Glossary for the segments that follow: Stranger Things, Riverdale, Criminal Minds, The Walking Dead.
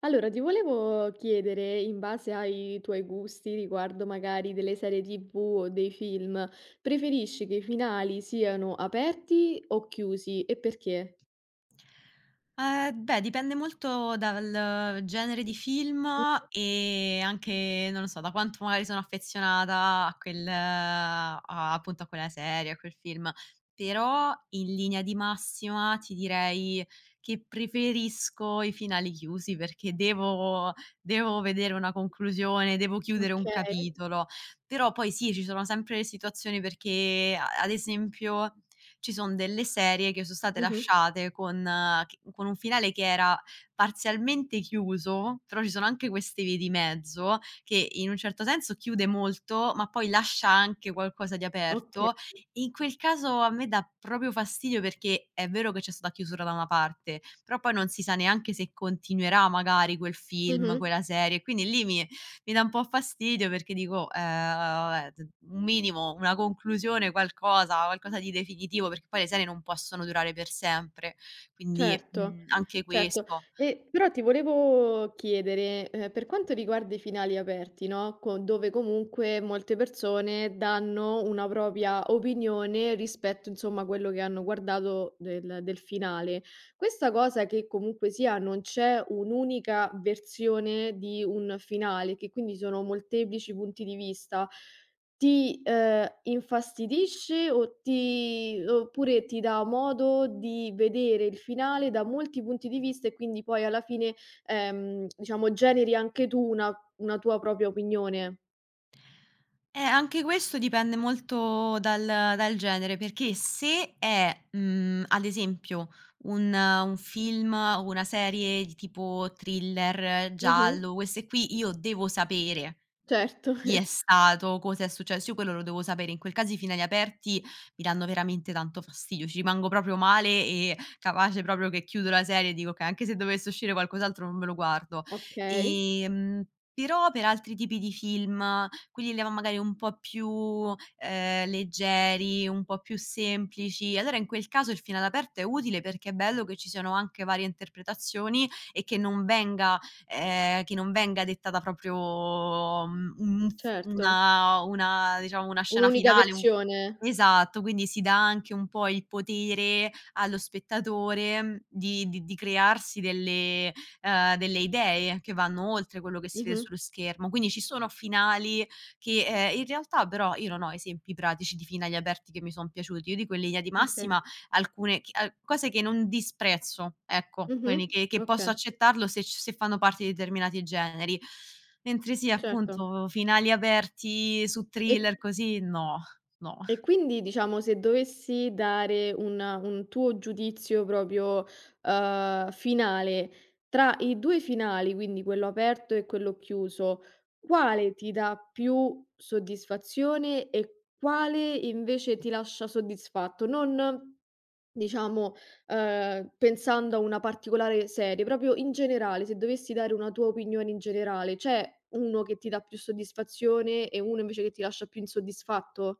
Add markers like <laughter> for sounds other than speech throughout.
Allora, ti volevo chiedere, in base ai tuoi gusti riguardo magari delle serie TV o dei film, preferisci che i finali siano aperti o chiusi e perché? Beh, dipende molto dal genere di film Mh-mh. e anche, non lo so, da quanto magari sono affezionata a quel a appunto a quella serie, a quel film. Però, in linea di massima, ti direi che preferisco i finali chiusi perché devo vedere una conclusione, devo chiudere un Okay. capitolo. Però poi sì, ci sono sempre le situazioni perché a ad esempio ci son delle serie che so' state Mh-mh. lasciate con un finale che era parzialmente chiuso, però ci sono anche queste vie di mezzo che in un certo senso chiude molto, ma poi lascia anche qualcosa di Okay. aperto. In quel caso a me dà proprio fastidio perché è vero che c'è stata chiusura da una parte, però poi non si sa neanche se continuerà magari quel film, Mh-mh. quella serie, quindi lì mi dà un po' fastidio perché dico: Vabbè, d un minimo, una conclusione, qualcosa qualcosa di definitivo", perché poi le serie non possono durare per sempre. Quindi, Certo, mhmm, anche certo. questo. E però ti volevo chiedere, per quanto riguarda i finali aperti, no, co dove comunque molte persone danno una propria opinione rispetto, insomma, a quello che hanno guardato del finale. Questa cosa che comunque sia non c'è un'unica versione di un finale, che quindi sono molteplici punti di vista. Ti, infastidisce o ti oppure ti dà modo di vedere il finale da molti punti di vista e quindi poi alla fine, diciamo generi anche tu una tua propria opinione. Anche questo dipende molto dal genere, perché se è, ad esempio un film o una serie di tipo thriller, Mh-mh. giallo, queste qui io devo sapere Certo. chi è <laughs> stato, cosa è successo, io quello lo devo sapere. In quel caso i finali aperti mi danno veramente tanto fastidio, ci rimango proprio male e capace proprio che chiudo la serie e dico: "Okay, anche se dovesse uscire qualcos'altro non me lo guardo". Okay, Ehm, Però per altri tipi di film, quelli là magari un po' più, leggeri, un po' più semplici, allora in quel caso il finale aperto è utile perché è bello che ci siano anche varie interpretazioni e che non venga dettata proprio, un f certo. Una diciamo una scena Un'unica finale. Un versione. esatto, quindi si dà anche un po' il potere allo spettatore, di crearsi delle idee che vanno oltre quello che si vede Mh-mh. sullo schermo. Quindi ci sono finali che, in realtà però io non ho esempi pratici di finali aperti che mi son piaciuti. Io dico in linea di Okay. massima alcune chi a cose che non disprezzo, ecco, Mh-mh. quindi che posso Okay, accettarlo se c se fanno parte di determinati generi. Mentre sì, certo. appunto, finali aperti su E thriller così no, no. E quindi diciamo se dovessi dare un tuo giudizio proprio, finale, tra i 2 finali, quindi quello aperto e quello chiuso, quale ti dà più soddisfazione e quale invece ti lascia soddisfatto? Non diciamo, pensando a una particolare serie, proprio in generale, se dovessi dare una tua opinione in generale, c'è uno che ti dà più soddisfazione e uno invece che ti lascia più insoddisfatto?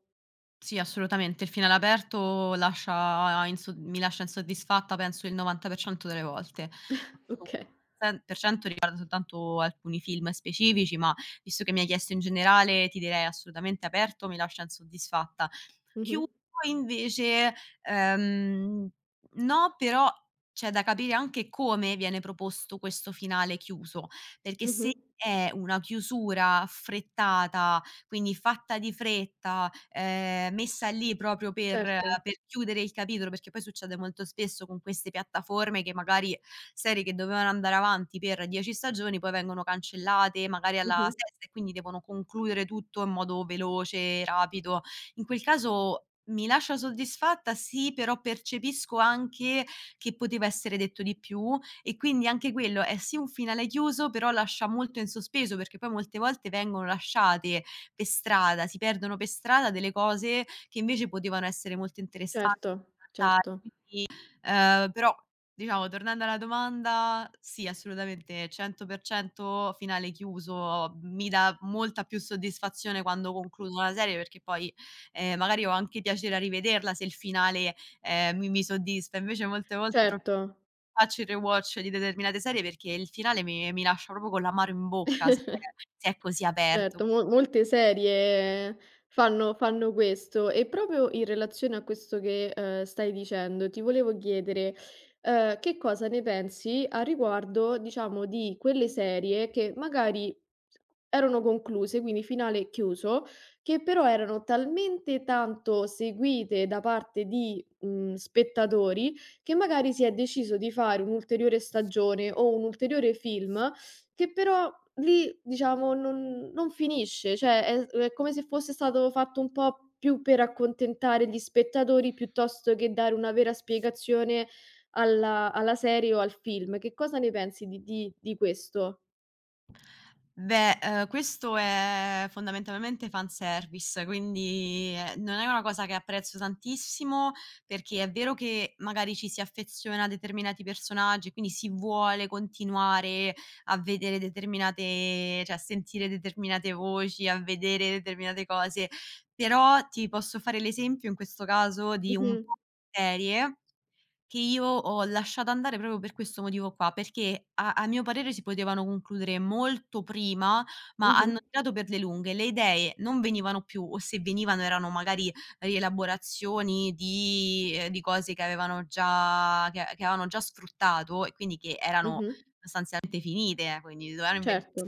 Sì, assolutamente, il finale aperto lascia insod mi lascia insoddisfatta penso il 90% delle volte. Okay. <unintelligible> per cento riguarda soltanto alcuni film specifici, ma visto che mi hai chiesto in generale, ti direi assolutamente aperto mi lascia insoddisfatta. Mh-mh. Chiuso invece, ehm, no, però c'è da capire anche come viene proposto questo finale chiuso, perché se Mh-mh. è una chiusura affrettata, quindi fatta di fretta, messa lì proprio per Certo. per chiudere il capitolo, perché poi succede molto spesso con queste piattaforme che magari serie che dovevano andare avanti per 10 stagioni poi vengono cancellate magari alla Mh-mh. sesta e quindi devono concludere tutto in modo veloce, rapido. In quel caso mi lascia soddisfatta, sì, però percepisco anche che poteva essere detto di più e quindi anche quello è sì un finale chiuso, però lascia molto in sospeso, perché poi molte volte vengono lasciate per strada, si perdono per strada delle cose che invece potevano essere molto interessanti. Certo, certo, Però diciamo tornando alla domanda, sì assolutamente 100% finale chiuso, mi dà molta più soddisfazione quando concludo una serie perché poi, magari ho anche piacere a rivederla se il finale, mi soddisfa. Invece molte volte pro certo. faccio il rewatch di determinate serie perché il finale mi lascia proprio con l'amaro in bocca se è così aperto. Certo, mo molte serie fanno questo. E proprio in relazione a questo che, stai dicendo, ti volevo chiedere, che cosa ne pensi a riguardo, diciamo, di quelle serie che magari erano concluse, quindi finale chiuso, che però erano talmente tanto seguite da parte di, mhmm, spettatori, che magari si è deciso di fare un'ulteriore stagione o un ulteriore film che però lì, diciamo, non non finisce, cioè è s è come se fosse stato fatto un po' più per accontentare gli spettatori, piuttosto che dare una vera spiegazione alla serie o al film. Che cosa ne pensi di questo? Beh, questo è fondamentalmente fanservice, quindi, non è una cosa che apprezzo tantissimo, perché è vero che magari ci si affeziona a determinati personaggi, quindi si vuole continuare a vedere determinate cioè a sentire determinate voci, a vedere determinate cose, però ti posso fare l'esempio in questo caso di un Mh-mh. po' di serie che io ho lasciato andare proprio per questo motivo qua, perché a mio parere si potevano concludere molto prima, ma Mh-mh. hanno tirato per le lunghe. Le idee non venivano più o se venivano erano magari rielaborazioni di cose che avevano già sfruttato e quindi che erano Mh-mh. sostanzialmente finite, quindi dovevano inventare Certo.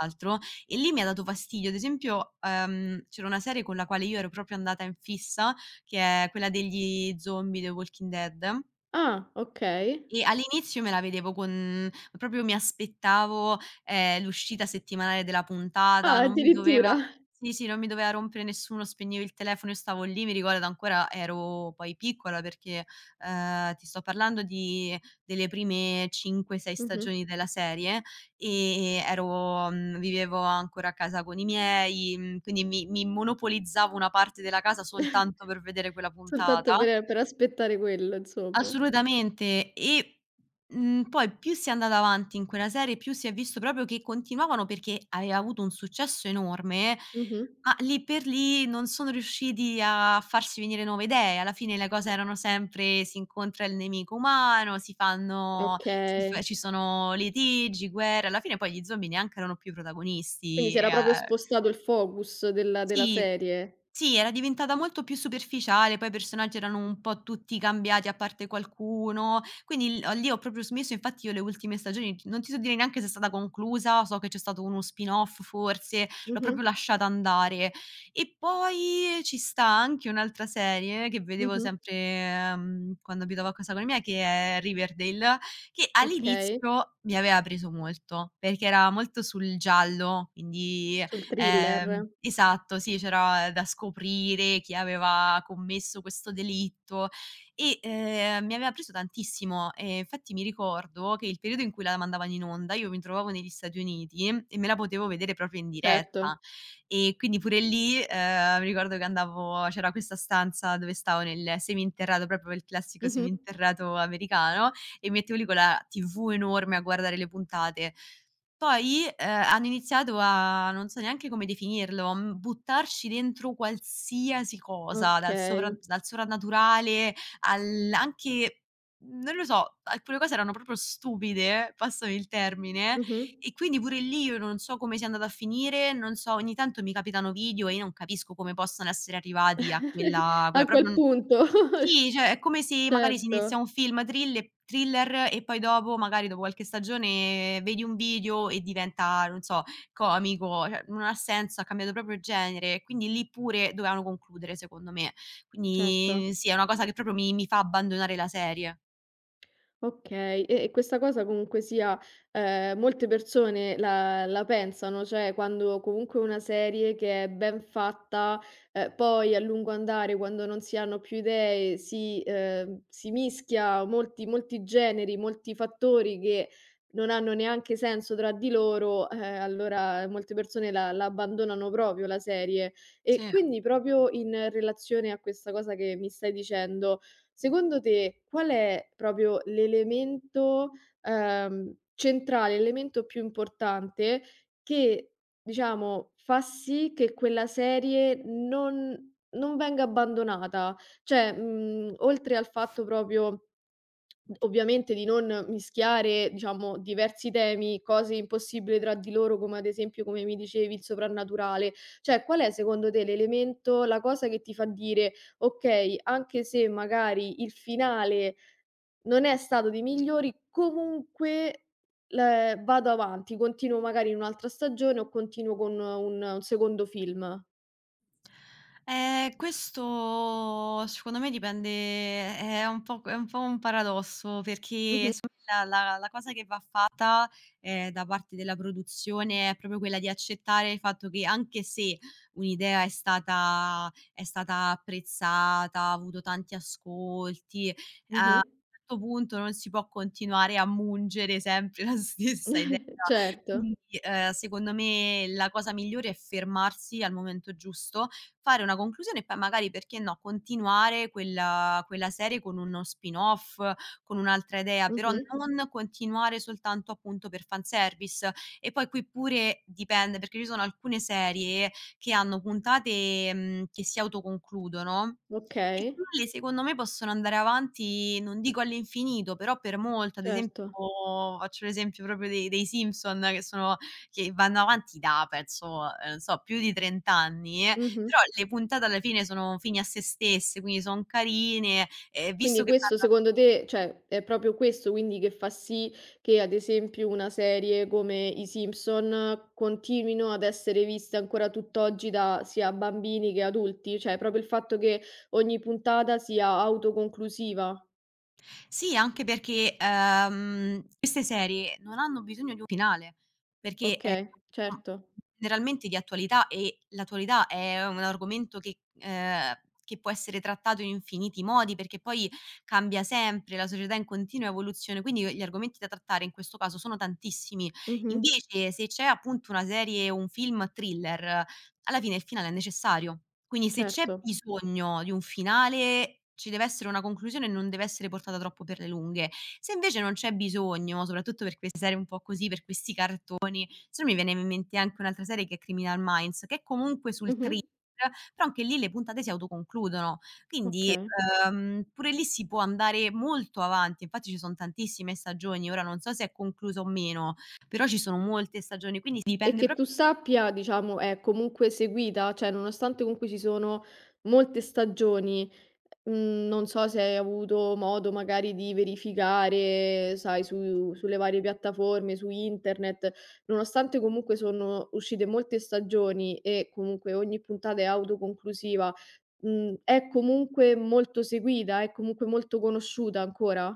altro. E lì mi ha dato fastidio. Ad esempio, c'era una serie con la quale io ero proprio andata in fissa, che è quella degli zombie, The Walking Dead, Ah, okay. e all'inizio me la vedevo con proprio mi aspettavo, l'uscita settimanale della puntata, Ah, non mi addirittura. doveva sì, sì, non mi doveva rompere nessuno, spegnevo il telefono, io stavo lì, mi ricordo ancora ero poi piccola perché, ti sto parlando di delle prime 5, 6 Mh-mh. stagioni della serie, e vivevo ancora a casa con i miei, quindi mi monopolizzavo una parte della casa <laughs> soltanto per vedere quella Soltanto puntata. per aspettare quello, insomma. Assolutamente. E, poi più si è andata avanti in quella serie, più si è visto proprio che continuavano perché aveva avuto un successo enorme, Mh-mh. ma lì per lì non sono riusciti a farsi venire nuove idee. Alla fine le cose erano sempre: si incontra il nemico umano, si fanno si fa Okay. ci sono litigi, guerre. Alla fine poi gli zombie neanche erano più Quindi protagonisti si e era a proprio spostato il focus della sì. serie. Sì, era diventata molto più superficiale, poi i personaggi erano un po' tutti cambiati a parte qualcuno, quindi lì ho proprio smesso, infatti io le ultime stagioni non ti so dire neanche se è stata conclusa, so che c'è stato uno spin-off forse, l'ho Mh-mh. proprio lasciata andare. E poi ci sta anche un'altra serie che vedevo Mh-mh. sempre, quando abitavo a casa con i miei, che è Riverdale, che Okay. all'inizio mi aveva preso molto, perché era molto sul giallo, quindi Sul thriller. esatto, sì, c'era da scoprire chi aveva commesso questo delitto e, mi aveva preso tantissimo. E infatti mi ricordo che il periodo in cui la mandavano in onda io mi trovavo negli Stati Uniti e me la potevo vedere proprio in diretta. Certo. E quindi pure lì, mi ricordo che andavo c'era questa stanza dove stavo nel seminterrato, proprio il classico Mh-mh. seminterrato americano, e mi mettevo lì con la TV enorme a guardare le puntate. Poi, hanno iniziato a non so neanche come definirlo, a buttarci dentro qualsiasi cosa, Okay. dal sovrannaturale al anche non lo so, alcune cose erano proprio stupide, passami il termine, Mh-mh. e quindi pure lì io non so come sia andata a finire, non so ogni tanto mi capitano video e io non capisco come possano essere arrivati a quella <laughs> A quella proprio quel n punto. <laughs> sì, cioè è come se magari si inizia Certo, un film thriller e poi dopo, magari dopo qualche stagione, vedi un video e diventa, non so, comico, cioè non ha senso, ha cambiato proprio genere, quindi lì pure dovevano concludere secondo me. Quindi certo. sì, è una cosa che proprio mi fa abbandonare la serie. Okay, e questa cosa comunque sia, molte persone la pensano, cioè quando comunque una serie che è ben fatta, poi a lungo andare quando non si hanno più idee si si mischia molti molti generi, molti fattori che non hanno neanche senso tra di loro, allora molte persone la abbandonano proprio la serie. E Sì. quindi proprio in relazione a questa cosa che mi stai dicendo, secondo te qual è proprio l'elemento, centrale, l'elemento più importante che, diciamo, fa sì che quella serie non non venga abbandonata? Cioè, mhmm, oltre al fatto proprio ovviamente di non mischiare, diciamo, diversi temi, cose impossibili tra di loro, come ad esempio, come mi dicevi, il soprannaturale. Cioè, qual è secondo te l'elemento, la cosa che ti fa dire: "Okay, anche se magari il finale non è stato dei migliori, comunque le vado avanti, continuo magari in un'altra stagione o continuo con un secondo film"? Questo secondo me dipende, è un po' un paradosso perché s la la la cosa che va fatta, da parte della produzione è proprio quella di accettare il fatto che anche se un'idea è stata apprezzata, ha avuto tanti ascolti, a un Mh-mh. certo punto non si può continuare a mungere sempre <laughs> la stessa idea. <laughs> Certo. Quindi, secondo me la cosa migliore è fermarsi al momento giusto, fare una conclusione e poi magari, perché no, continuare quella serie con uno spin-off, con un'altra idea, però Mh-mh. non continuare soltanto appunto per fanservice. E poi qui pure dipende, perché ci sono alcune serie che hanno puntate, che si autoconcludono, e Okay, quelle secondo me possono andare avanti, non dico all'infinito, però per molto. Ad esempio certo. faccio l'esempio proprio dei Simpson, che vanno avanti da penso, non so, più di 30 anni, Mh-mh. però le puntate alla fine sono fini a sé stesse, quindi son carine, visto Quindi che questo parlano secondo te cioè, è proprio questo quindi che fa sì che, ad esempio, una serie come i Simpson continuino ad essere viste ancora tutt'oggi da sia bambini che adulti? Cioè, proprio il fatto che ogni puntata sia autoconclusiva? sì, anche perché, queste serie non hanno bisogno di un finale, perché, Okay, <unintelligible> certo. generalmente di attualità e l'attualità è un argomento che può essere trattato in infiniti modi, perché poi cambia sempre, la società è in continua evoluzione, quindi gli argomenti da trattare in questo caso sono tantissimi. Mh-mh. Invece se c'è appunto una serie o un film thriller alla fine il finale è necessario. Quindi se c'è Certo. bisogno di un finale, ci deve essere una conclusione e non deve essere portata troppo per le lunghe. Se invece non c'è bisogno, soprattutto per queste serie un po' così, per questi carto se no mi viene in mente anche un'altra serie che è Criminal Minds, che è comunque sul Mh-mh. thriller, però anche lì le puntate si autoconcludono. Quindi, Okay. Pure lì si può andare molto avanti, infatti ci son tantissime stagioni, ora non so se è conclusa o meno, però ci sono molte stagioni, quindi E dipende. che Pro tu sappia, diciamo, è comunque seguita? Cioè, nonostante comunque ci sono molte stagioni. Mhmm, non so se hai avuto modo magari di verificare, sai, su sulle varie piattaforme, su internet, nonostante comunque sono uscite molte stagioni e comunque ogni puntata è autoconclusiva, mhmm, è comunque molto seguita, è comunque molto conosciuta ancora?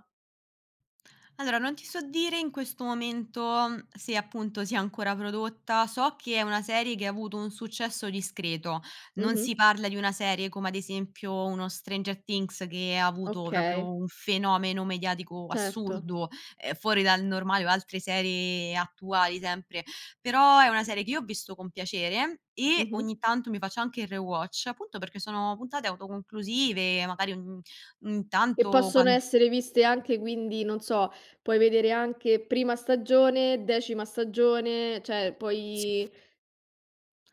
Allora, non ti so dire in questo momento, se appunto sia ancora prodotta. So che è una serie che ha avuto un successo discreto. Non Mh-mh. si parla di una serie come ad esempio uno Stranger Things che ha avuto Okay, proprio un fenomeno mediatico certo. assurdo, fuori dal normale o altre serie attuali sempre. Però è una serie che io ho visto con piacere e Mh-mh. ogni tanto mi faccio anche il rewatch, appunto perché sono puntate autoconclusive, magari ogni E tanto possono quando essere viste anche quindi, non so, puoi vedere anche prima stagione, decima stagione, cioè sì. puoi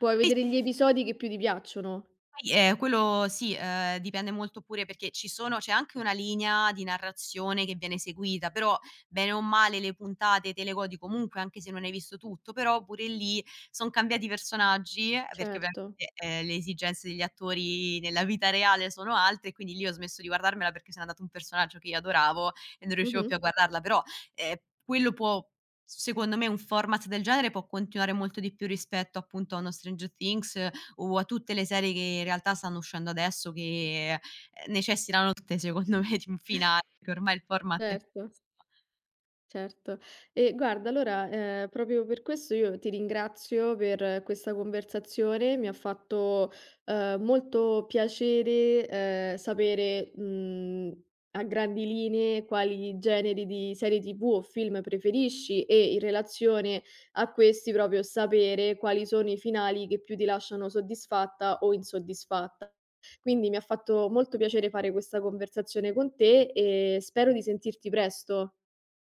puoi vedere gli episodi che più ti piacciono. Poi, quello sì, dipende molto pure perché ci sono c'è anche una linea di narrazione che viene seguita, però bene o male le puntate te le godi comunque, anche se non hai visto tutto, però pure lì son cambiati i personaggi, perché ovviamente, Certo. Le esigenze degli attori nella vita reale sono altre, e quindi lì ho smesso di guardarmela perché se n'è andato un personaggio che io adoravo e non riuscivo Mh-mh. più a guardarla, però, ehm, quello può secondo me un format del genere può continuare molto di più rispetto appunto a uno Stranger Things o a tutte le serie che in realtà stanno uscendo adesso che, necessitano tutte secondo me di un finale, perché ormai il format è questo. Certo. Certo. E guarda, allora, proprio per questo io ti ringrazio per questa conversazione, mi ha fatto, molto piacere, sapere, mhmm, a grandi linee quali generi di serie TV o film preferisci e in relazione a questi proprio sapere quali sono i finali che più ti lasciano soddisfatta o insoddisfatta. Quindi mi ha fatto molto piacere fare questa conversazione con te e spero di sentirti presto.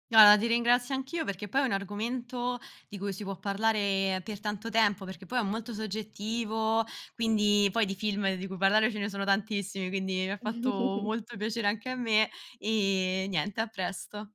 Guarda, ti ringrazio anch'io perché poi è un argomento di cui si può parlare per tanto tempo, perché poi è molto soggettivo, quindi poi di film di cui parlare ce ne sono tantissimi, quindi mi ha fatto molto piacere anche a me, e niente, a presto.